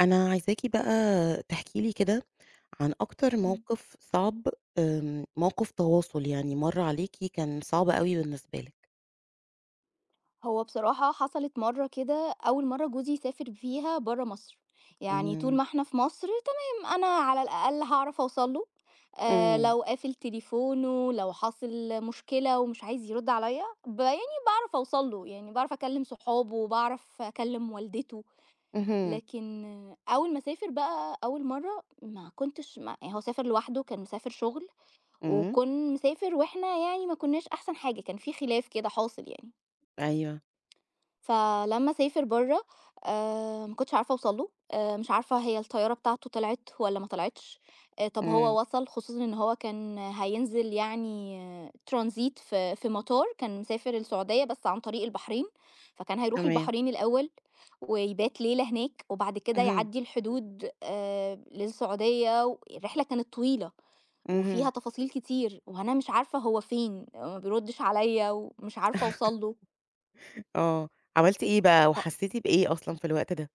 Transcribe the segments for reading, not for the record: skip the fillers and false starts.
أنا عايزاكِ بقى تحكي لي كده عن أكتر إمم. موقف صعب، موقف تواصل يعني مَر عليكِ كان صعب أوي بالنسبة لِك. هو بصراحة حصلت مرّة كده، أول مرّة جوزي سافر فيها برّه مصر، يعني طول إمم، ما إحنا في مصر تمام، أنا على الأقل هاعرف أوصل له، إمم، لو قافل تليفونه، لو حاصل مشكلة ومش عايز يرُد عليّا، يعني باعرف أوصل له، يعني باعرف أكلّم صحابه، باعرف أكلّم والدته، اهم، لكن آه، أول ما سافر بقى أول مرّة ما كنتش ما يعني هو سافر لوحده، كان مسافر شُغل، إمم، وكان مسافر وإحنا يعني ما كناش أحسن حاجة، كان في خلاف كده حاصل يعني. أيوه، فلمّا سافر برّه ما كنتش عارفة أوصل له، مش عارفة هي الطيارة بتاعته طلعت والّا ما طلعتش، طب إمم، هو وصل خصوصًا إن هو كان هينزل يعني transit في مطار كان مسافر السعودية بس عن طريق البحرين، فكان هيروح تمام، البحرين الأول ويبات ليلة هناك وبعد كده اهم، يعدّي الحدود للسعودية و الرحلة كانت طويلة اهم، وفيها تفاصيل كتير وأنا مش عارفة هو فين، ما بيردش عليّا ومش عارفة أوصل له ف آه، عملتِ إيه بقى وحسيتِ بإيه أصلًا في الوقت ده؟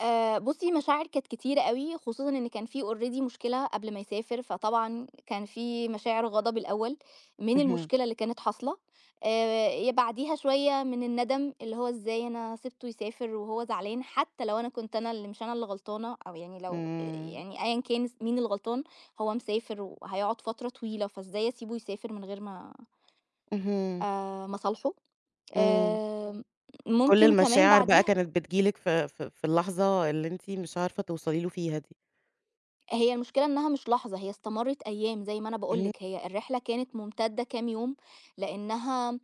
بُصّي، مشاعر كانت كتيرة أوي، خصوصًا إن كان في already مشكلة قبل ما يسافر، فطبعًا كان في مشاعر غضب الأول من اهم، المشكلة اللي كانت حاصلة، ي بعديها شوية من الندم، اللي هو إزاي أنا سِبته يسافر وهو زعلان، حتى لو أنا كنت أنا اللي مش أنا اللي غلطانة أو يعني لو إمم، يعني أيًا كان مين الغلطان، هو مسافر وهيقعد فترة طويلة، فإزاي أسيبه يسافر من غير ما اهم، أصالحه. إمم، آمم كل ممكن كمان المشاعر بقى بعديها كانت بتيجي لِك في اللحظة اللي أنتِ مش عارفة توصلي له فيها دي. هي المشكلة إنها مش لحظة، هي استمرِّت أيام زي ما أنا باقول اهم، لِك، هي الرحلة كانت ممتدة كام يوم، لإنها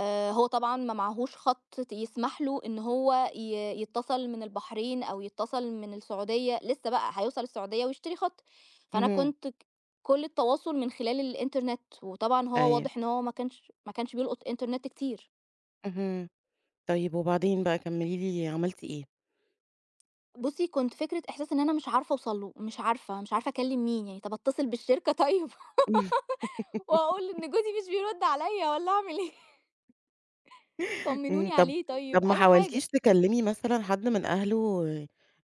هو طبعًا ما معاهوش خط يسمح له إن هو يتصل من البحرين أو يتصل من السعودية، لسه بقى هيوصل السعودية ويشتري خط، فأنا اهم، كنت كل التواصل من خلال الإنترنت، وطبعًا هو أيوه، واضح إن هو ما كانش بيلقُط إنترنت كتير. اهم. طيب وبعدين بقى كمّلي لي عملتِ إيه؟ بُصّي، كنت فكرة إحساس إن أنا مش عارفة أوصل له، مش عارفة، مش عارفة أكلّم مين، يعني طَب أتصل بالشركة طيب؟ وأقول إن جوزي مش بيرد عليَّ والّا أعمل إيه؟ إمم، طمنوني طَب عليه طيب، طَب ما أي حاجة. حاولتيش تكلّمي مثلًا حد من أهله،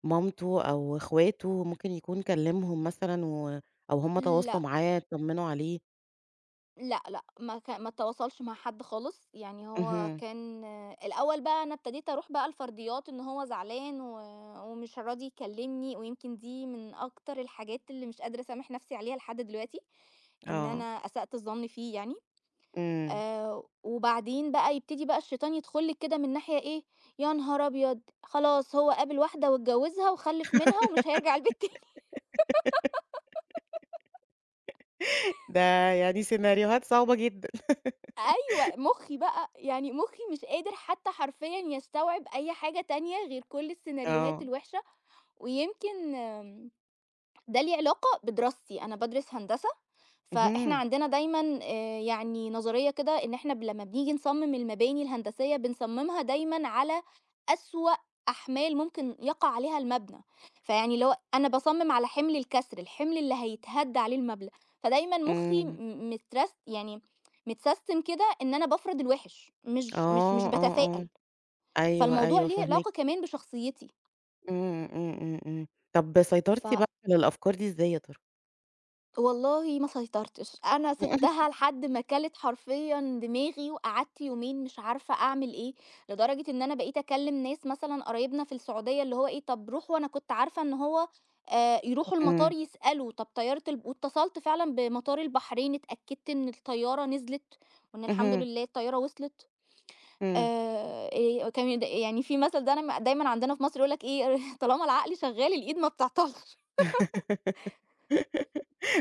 مامته أو إخواته ممكن يكون كلّمهم مثلًا أو هُم لأ، تواصلوا معاه اتطمنوا عليه؟ لأ، لأ، ما اتواصلش مع حد خالص، يعني هو اهم، كان الأول بقى أنا ابتديت أروح بقى لفرضيات إن هو زعلان و ومش راضي يكلمني، ويمكن دي من أكتر الحاجات اللي مش قادرة أسامح نفسي عليها لحد دلوقتي، إن أنا آه، أسأت الظن فيه يعني. إمم. وبعدين بقى يبتدي بقى الشيطان يدخل لِك كده من ناحية إيه، يا نهار أبيض! خلاص هو قابل واحدة واتجوزها وخلف منها ومش هيرجع البيت تا ده يعني سيناريوهات صعبة جدًا. أيوه، مُخّي بقى، يعني مُخّي مش قادر حتى حرفيًا يستوعب أي حاجة تانية غير كل السيناريوهات آه، الوحشة، ويمكن ده ليه علاقة بدراستي، أنا بادرس هندسة، فإحنا اهم، عندنا دايمًا يعني نظرية كده إن إحنا لمّا بنيجي نصمم المباني الهندسية بنصممها دايمًا على أسوأ أحمال ممكن يقع عليها المبنى، فيعني اللي هو أنا باصمم على حمل الكسر، الحمل اللي هيتهد عليه المبنى، فدايمًا مخي إمم، مترس يعني متسيستم كده إن أنا بافرض الوحش، مش آه، آه، آه، باتفائل، أيوه، فالموضوع أيوه ليه فاهماكِ. علاقة كمان بشخصيتي، إمم، إمم، إمم، إمم. طَب سيطرتِ ف بقى على الأفكار دي إزاي يا ترى؟ والله ما سيطرتش، أنا سِبتها لحد ما كَلِت حرفيًا دماغي، وقعدت يومين مش عارفة أعمل إيه، لدرجة إن أنا بقيت أكلّم ناس مثلًا قرايبنا في السعودية اللي هو إيه، طَب روحوا أنا كنت عارفة إن هو يروحوا المطار إمم، يسألوا، طَب طيارة الب واتصلت فعلًا بمطار البحرين، اتأكدت إن الطيارة نزلت، وإن الحمد اهم، لله الطيارة وصلت. إمم. كان يعني في مثل دايمًا دايمًا عندنا في مصر يقول لك إيه، طالما العقل شغال الإيد ما بتعطلش.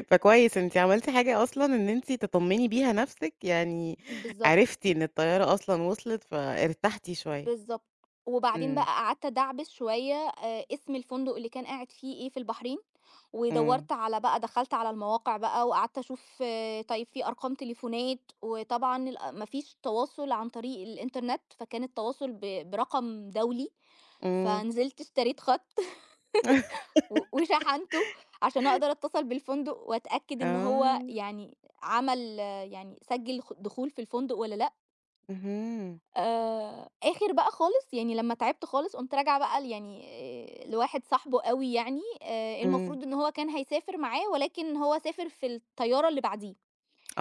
فكويس أنتِ عملتِ حاجة أصلًا إن أنتِ تطمني بيها نفسِك، يعني بالضبط. عرفتِ إن الطيارة أصلًا وصلت فارتحتِ شوية. بالضبط. وبعدين بقى إمم، قعدت أدعبس شوية اسم الفندق اللي كان قاعد فيه إيه في البحرين، إمم، ودوّرت على بقى دخلت على المواقع بقى وقعدت أشوف آه، طيب في أرقام تليفونات، وطبعًا الأ ما فيش تواصل عن طريق الإنترنت، فكان التواصل برقم دولي، إمم. فنزلت اشتريت خط و وشحنته عشان أقدر أتصل بالفندق وأتأكد إن هو آه، يعني عمل آه، يعني سجّل دخول في الفندق والّا لأ. اهم، آخر بقى خالص، يعني لمّا تعبت خالص، قُمت راجعة بقى يعني لواحد صاحبه أوي يعني، إمم، المفروض إن هو كان هيسافر معاه، ولكن هو سافر في الطيارة اللي بعديه،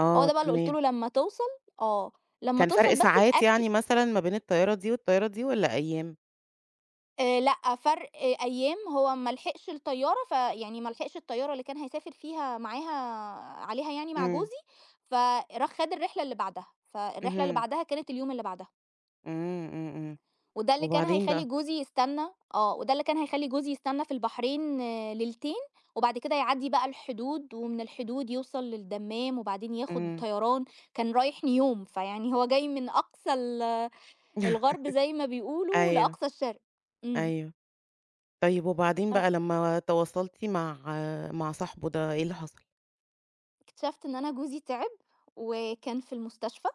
آه هو ده بقى اللي قُلت تمام. له لمّا توصل آه، لمّا كان فرق توصل بس ساعات اتأكد يعني مثلًا ما بين الطيارة دي والطيارة دي والّا أيام؟ لأ، فرق آه أيام هو ما لحقش الطيارة، فيعني ما لحقش الطيارة اللي كان هيسافر فيها معاها عليها يعني مع إمم، جوزي، فراح خَد الرحلة اللي بعدها، فالرحلة اللي اهم، بعدها كانت اليوم اللي بعدها. إمم، إمم، إمم. وده اللي كان وبعدين هيخلّي بقى؟ جوزي يستنى آه، وده اللي كان هيخلّي جوزي يستنى في البحرين آه، ليلتين، وبعد كده يعدّي بقى الحدود، ومن الحدود يوصل للدمام، وبعدين ياخد إمم. طيران، كان رايح نيوم، فيعني هو جاي من أقصى ال الغرب زي ما بيقولوا أيوه، لأقصى الشرق. إمم، أيوه. طيب وبعدين أ بقى لمّا تواصلتِ مع صاحبه ده إيه اللي حصل؟ اكتشفت إن أنا جوزي تعب، وكان في المستشفى.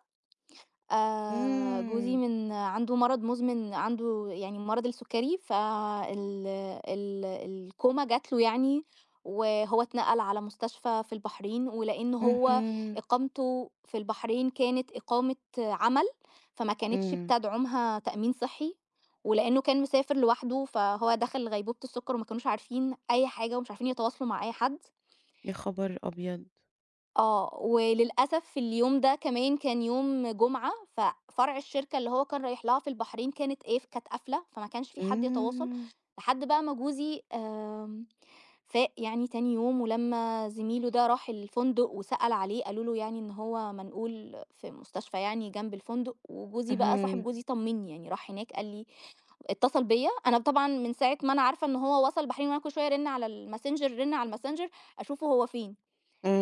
جوزي إمم، من عنده مرض مزمن، عنده يعني مرض السُكّري، فال ال الكوما جات له يعني، وهو اتنقل على مستشفى في البحرين، ولإن هو اهم، إقامته في البحرين كانت إقامة عمل، فما كانتش إمم، بتدعُمها تأمين صحّي، ولإنه كان مسافر لوحده، فهو دخل غيبوبة السُكّر وما كانوش عارفين أي حاجة ومش عارفين يتواصلوا مع أي حد. يا خبر أبيض! آه، وللأسف في اليوم ده كمان كان يوم جمعة، ففرع الشركة اللي هو كان رايح لها في البحرين كانت قافلة، فما كانش في حد يتواصل، إمم، لحد بقى ما جوزي فاق يعني تاني يوم، ولمّا زميله ده راح الفندق وسأل عليه، قالوا له يعني إن هو منقول في مستشفى يعني جنب الفندق، وجوزي بقى صاحب اهم، جوزي طمّني، يعني راح هناك قال لي اتصل بيّا، أنا طبعًا من ساعة ما أنا عارفة إن هو وصل البحرين وأنا كل شوية أرن على الMessenger أشوفه هو فين.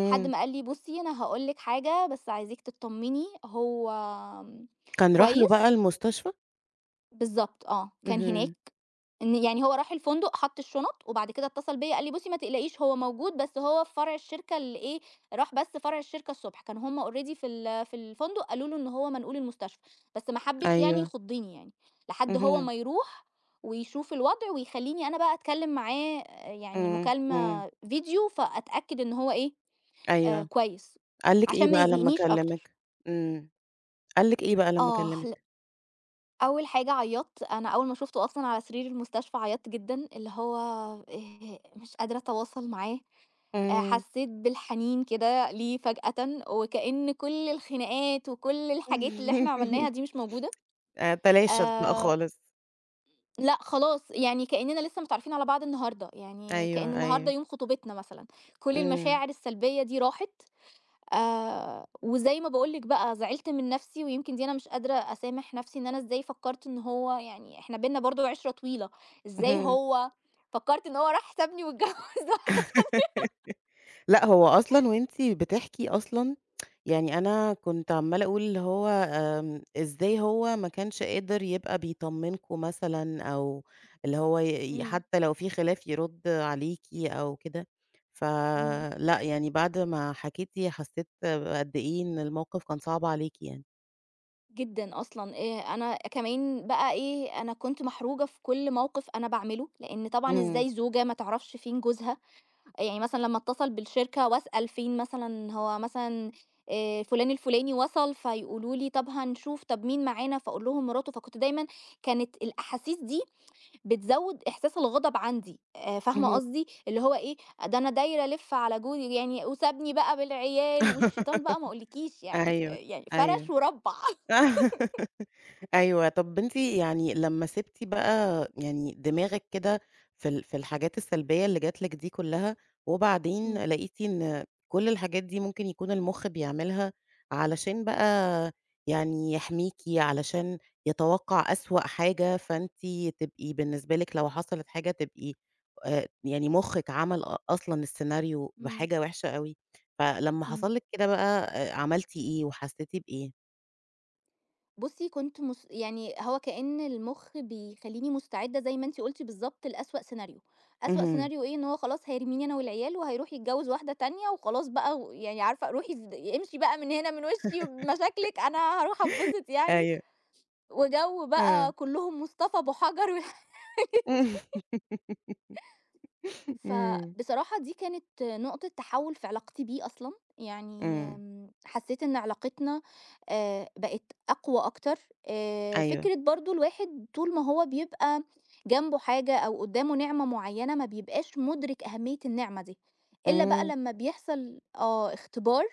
حد ما قال لي: "بُصّي، أنا هاقول لِك حاجة بس عايزاكِ تطمّني." هو كان راح له بقى كويس، المستشفى؟ بالضبط آه، كان هناك اهم، إن يعني هو راح الفندق حَط الشُنط وبعد كده اتصل بيّا قال لي: "بُصّي، ما تقلقيش هو موجود بس هو في فرع الشركة اللي إيه، راح بس فرع الشركة الصبح." كانوا هم already في الفندق قالوا له إن هو منقول المستشفى، بس ما حبّش يعني أيوه، يخُضّني يعني، لحد هو اهم، ما يروح ويشوف الوضع ويخلّيني أنا بقى أتكلّم معاه آه، يعني إمم، إمم، مكالمة فيديو فأتأكد إن هو إيه، أيوه، كويس، قال لِك إيه عشان ما بقى لمّا يقلقنيش أكتر. كلمِك؟ إمم، قال لِك إيه بقى لمّا آه، لأ، كلمِك؟ أول حاجة عيّطت، أنا أول ما شُفته أصلًا على سرير المستشفى عيّطت جدًا، اللي هو مش قادرة أتواصل معاه، إمم، حسّيت بالحنين كده ليه فجأةً، وكأن كل الخناقات وكل الحاجات اللي إحنا عملناها دي مش موجودة. تلاشت بقى آآ خالص، لأ خلاص، يعني كأننا لسه متعرّفين على بعض النهارده، يعني كأن أيوه، النهارده أيوه، يوم خطوبتنا مثلًا، كل إمم، المشاعر السلبية دي راحت وزي ما باقول لِك بقى زعلت من نَفْسي، ويمكن دي أنا مش قادرة أسامح نَفْسي إن أنا إزاي فكّرت إن هو يعني إحنا بيننا برضه عِشرة طويلة، إزاي اهم. هو فكّرت إن هو راح سابني واتجوّز واحدة لأ، هو أصلًا وأنتِ بتحكي أصلًا يعني أنا كنت عمّالة أقول اللي هو إزاي هو ما كانش قادر يبقى بيطمّنكم مثلًا أو اللي هو إمم، حتى لو في خلاف يرُد عليكِ أو كده، إمم، فلأ، يعني بعد ما حكيتِ حسّيت بقد إيه إن الموقف كان صعب عليكِ يعني. جدًا أصلًا أنا كمان بقى إيه، أنا كنت محروجة في كل موقِف أنا باعمله، لإن طبعًا إمم، إزاي زوجة ما تعرفش فين جوزها يعني مثلًا لمّا أتصل بالشركة وأسأل فين مثلًا هو مثلًا فلان الفلاني وصل، فيقولوا لي طب هنشوف، طب مين معانا، فأقول لهم مراته، فكنت دايمًا كانت الأحاسيس دي بتزوّد إحساس الغضب عندي، فاهمة اهم. قصدي؟ اللي هو إيه، ده أنا دايرة ألِف على جوزي يعني وسابني بقى بالعيال والشيطان بقى ما أقولكيش يعني، آه، أيوه، يعني فرش أيوه. وربّع. أيوه، طَب أنتِ يعني لمّا سِبتِ بقى يعني دماغِك كده في الحاجات السلبية اللي جات لِك دي كلّها، وبعدين إمم، لقيتِ إن كل الحاجات دي ممكن يكون المُخ بيعملها علشان بقى يعني يحميكِ، علشان يتوقّع أسوأ حاجة، فأنتِ تبقي بالنسبة لِك لو حصلت حاجة تبقي يعني مُخِّك عمل أصلًا السيناريو إمم، بحاجة وِحشة أوي، فلمّا إمم. حصل لِك كده بقى عملتِ إيه وحسّيتِ بإيه؟ بُصّي كنت مس يعني هو كأن المُخ بيخلّيني مستعدة زي ما أنتِ قُلتِ بالضبط لأسوأ سيناريو، أسوأ اهم. سيناريو إيه؟ إن هو خلاص هيرميني أنا والعيال وهيروح يتجوّز واحدة تانية وخلاص بقى و يعني عارفة روحي ز امشي بقى من هنا من وشّي بمشاكلِك أنا هاروح أتبسط يعني، أيوه. وجَو بقى آه. كلّهم مصطفى أبو حجر و إمم، فبصراحة دي كانت نقطة تحول في علاقتي بيه أصلا يعني إمم، حسيت إن علاقتنا بقت أقوى أكتر أيوه. فكرة برضه الواحد طول ما هو بيبقى جنبه حاجة أو قدامه نعمة معينة ما بيبقاش مدرك أهمية النعمة دي، إلا بقى إمم، لما بيحصل آه، اختبار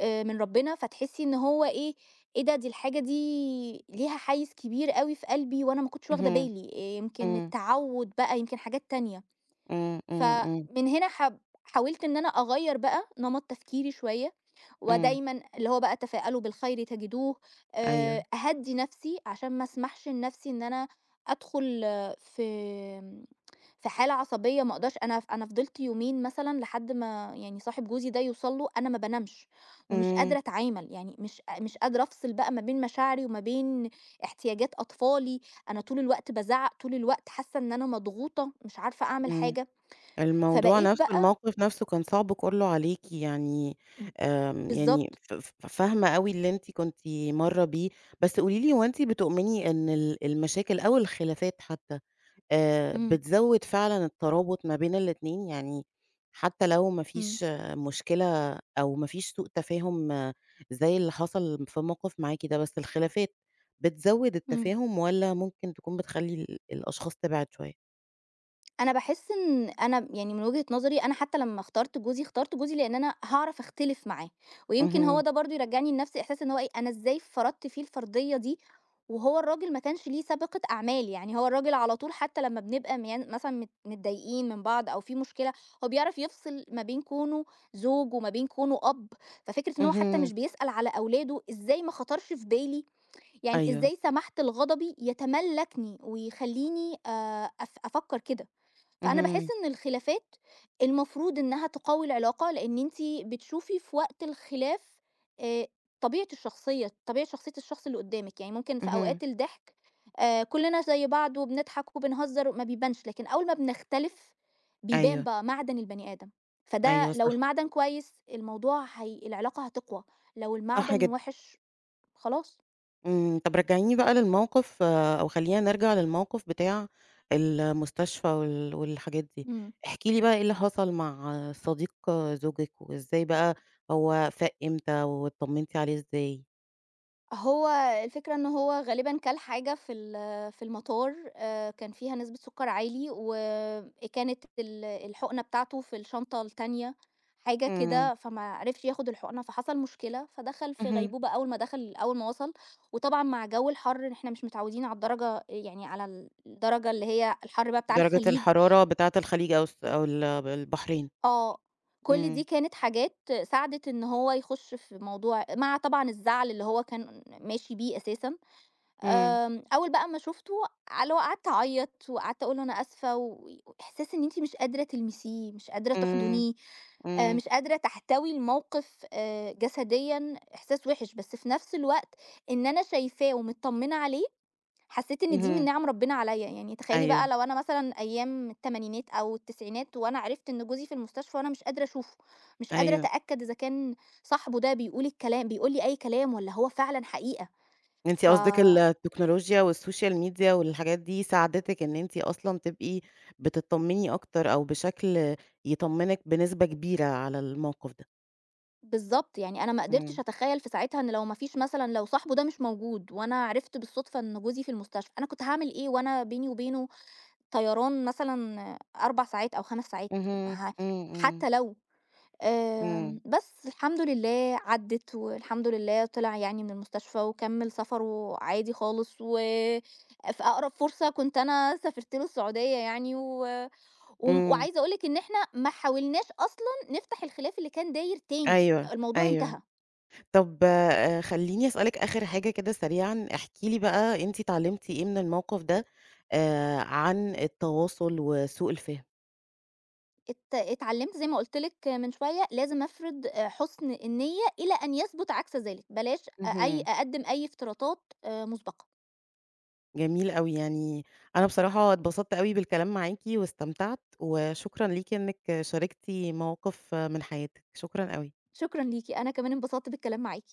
من ربنا فتحسي إن هو إيه، إيه ده دي الحاجة دي ليها حيّز كبير أوي في قلبي وأنا ما كنتش واخدة اهم، بالي، آه، يمكن إمم، التعود بقى يمكن حاجات تانية. إمم، إمم، إمم، فمن هنا حب حاولت إن أنا أغيّر بقى نمط تفكيري شوية، إمم، ودايمًا اللي هو بقى تفاءلوا بالخير تجدوه، أيوه. أهدّي نَفْسي عشان ما أسمحش لنَفْسي إن أنا أدخل آه، في آمم، في حالة عصبية ما أقدرش أنا أنا فضلت يومين مثلًا لحد ما يعني صاحب جوزي ده يوصل له أنا ما بانامش، ومش إمم، قادرة أتعامل، يعني مش قادرة أفصل بقى ما بين مشاعري وما بين احتياجات أطفالي، أنا طول الوقت بازعّق، طول الوقت حاسة إن أنا مضغوطة، مش عارفة أعمل إمم. حاجة. الموضوع فبقيت نفسه بقى الموقف نفسه كان صعب كُلّه عليكِ يعني ب يعني بالضبط، ف ف فاهمة أوي اللي أنتِ كنتِ مَارّة بيه، بس قولي لي هو أنتِ بتؤمني إن المشاكل أو الخلافات حتى إمم، بتزوّد فعلًا الترابط ما بين الاتنين، يعني حتى لو ما إمم، فيش مشكلة أو ما فيش سوء تفاهم آه، زي اللي حصل في الموقف معاكِ ده، بس الخلافات بتزوّد إمم. التفاهم والّا ممكن تكون بتخلّي الأشخاص تبعد شوية؟ أنا باحس إن أنا يعني من وجهة نظري أنا حتى لمّا اخترت جوزي، اخترت جوزي لإن أنا هاعرف أختلف معاه، ويمكن هو اهم، ده برضه يرجّعني لنفس إحساس إن هو إيه، أنا إزاي فرضت فيه الفرضية دي وهو الراجل ما كانش ليه سابقة أعمال، يعني هو الراجل على طول حتى لمّا بنبقى ميان مثلًا متضايقين من بعض أو في مشكلة، هو بيعرف يفصل ما بين كونه زوج وما بين كونه أب، ففكرة إن هو حتى اهم، مش بيسأل على أولاده إزاي ما خطرش في بالي يعني أيوه، إزاي سمحت لغضبي يتملّكني ويخلّيني أف أفكّر كده، فأنا باحس اهم، إن الخلافات المفروض إنها تقوي العلاقة، لإن أنتِ بتشوفي في وقت الخلاف آآ طبيعة الشخصية، طبيعة شخصية الشخص اللي قدّامِك، يعني ممكن في اهم، أوقات الضحك كُلّنا زي بعض وبنضحك وبنهزّر ما بيبانش، لكن أول ما بنختلف بيبان أيوه، بقى معدن البني آدم، فده أيوه لو صح، المعدن كويس الموضوع هي العلاقة هتقوى، لو صح المعدن جدًا. وِحِش خلاص. إمم، طب رجّعيني بقى للموقف آه، أو خلّينا نرجع للموقف بتاع المستشفى والحاجات دي، إمم. احكِ لي بقى إيه اللي حصل مع صديق زوجِك، وإزاي بقى هو فاق إمتى، واتطمنتِ عليه إزاي؟ هو الفكرة إن هو غالبًا كَل حاجة في المطار كان فيها نسبة سُكّر عالي، وكانت الحُقنة بتاعته في الشنطة التانية، حاجة إمم، كده، فما عرفش ياخد الحُقنة، فحصل مشكلة، فدخل في اهم، غيبوبة أول ما دخل أول ما وصل، وطبعًا مع جو الحَر إحنا مش متعودين على الدرجة يعني على الدرجة اللي هي الحَر بقى بتاع درجة الخليج الحرارة بتاعة الخليج أو الس أو ال البحرين، آه، كل دي إمم، كانت حاجات ساعدت إن هو يخُش في موضوع مع طبعًا الزعل اللي هو كان ماشي بيه أساسًا. إمم، أول بقى ما شُفته اللي هو قعدت أعيّط وقعدت أقول له أنا آسفة وإحساس إن أنتِ مش قادرة تلمسيه، مش قادرة إمم، تحضنيه، إمم، مش قادرة تحتوي الموقف جسديًا إحساس وِحِش، بس في نفس الوقت إن أنا شايفاه ومتطمنة عليه، حسّيت إن دي من اهم، نِعَم ربنا عليّا، يعني تخيّلي بقى أيوه، لو أنا مثلًا أيام التمانينات أو التسعينات وأنا عرفت إن جوزي في المستشفى وأنا مش قادرة أشوفه، مش قادرة أيوه. أتأكد إذا كان صاحبه ده بيقول الكلام بيقول لي أي كلام والّا هو فعلًا حقيقة، أنتِ ف قصدِك التكنولوجيا والسوشيال ميديا والحاجات دي ساعدتِك إن أنتِ أصلًا تبقي بتطمني أكتر أو بشكل يطمنِك بنسبة كبيرة على الموقف ده. بالضبط، يعني أنا ما قدرتش إمم، أتخيّل في ساعتها إن لو ما فيش مثلًا لو صاحبه ده مش موجود وأنا عرفت بالصدفة إن جوزي في المستشفى، أنا كنت هاعمل إيه وأنا بيني وبينه طيران مثلًا 4 ساعات أو 5 ساعات اهم، يعني ه إمم، إمم، حتى لو إمم، بس الحمد لله عدِّت والحمد لله طلع يعني من المستشفى وكمّل سفره عادي خالص، و في أقرب فرصة كنت أنا سافرت له السعودية يعني و وم إمم، وعايزة أقول لِك إن إحنا ما حاولناش أصلًا نفتح الخلاف اللي كان داير تاني، أيوه، الموضوع أيوه. انتهى. طب خلّيني أسألِك آخر حاجة كده سريعًا، احكي لي بقى أنتِ اتعلمتِ إيه من الموقف ده عن التواصل وسوء الفهم؟ ات اتعلمت زي ما قُلت لِك من شوية، لازم أفرض حُسن النية إلى أن يثبت عكس ذلك، بلاش أ أي اهم. أقدّم أي افتراضات مسبقة. جميل أوي، يعني أنا بصراحة اتبسطت أوي بالكلام معاكِ واستمتعت، وشكرًا ليكِ إنِّك شاركتِ مواقف من حياتِك، شكرًا أوي. شكرًا ليكِ، أنا كمان انبسطت بالكلام معاكِ.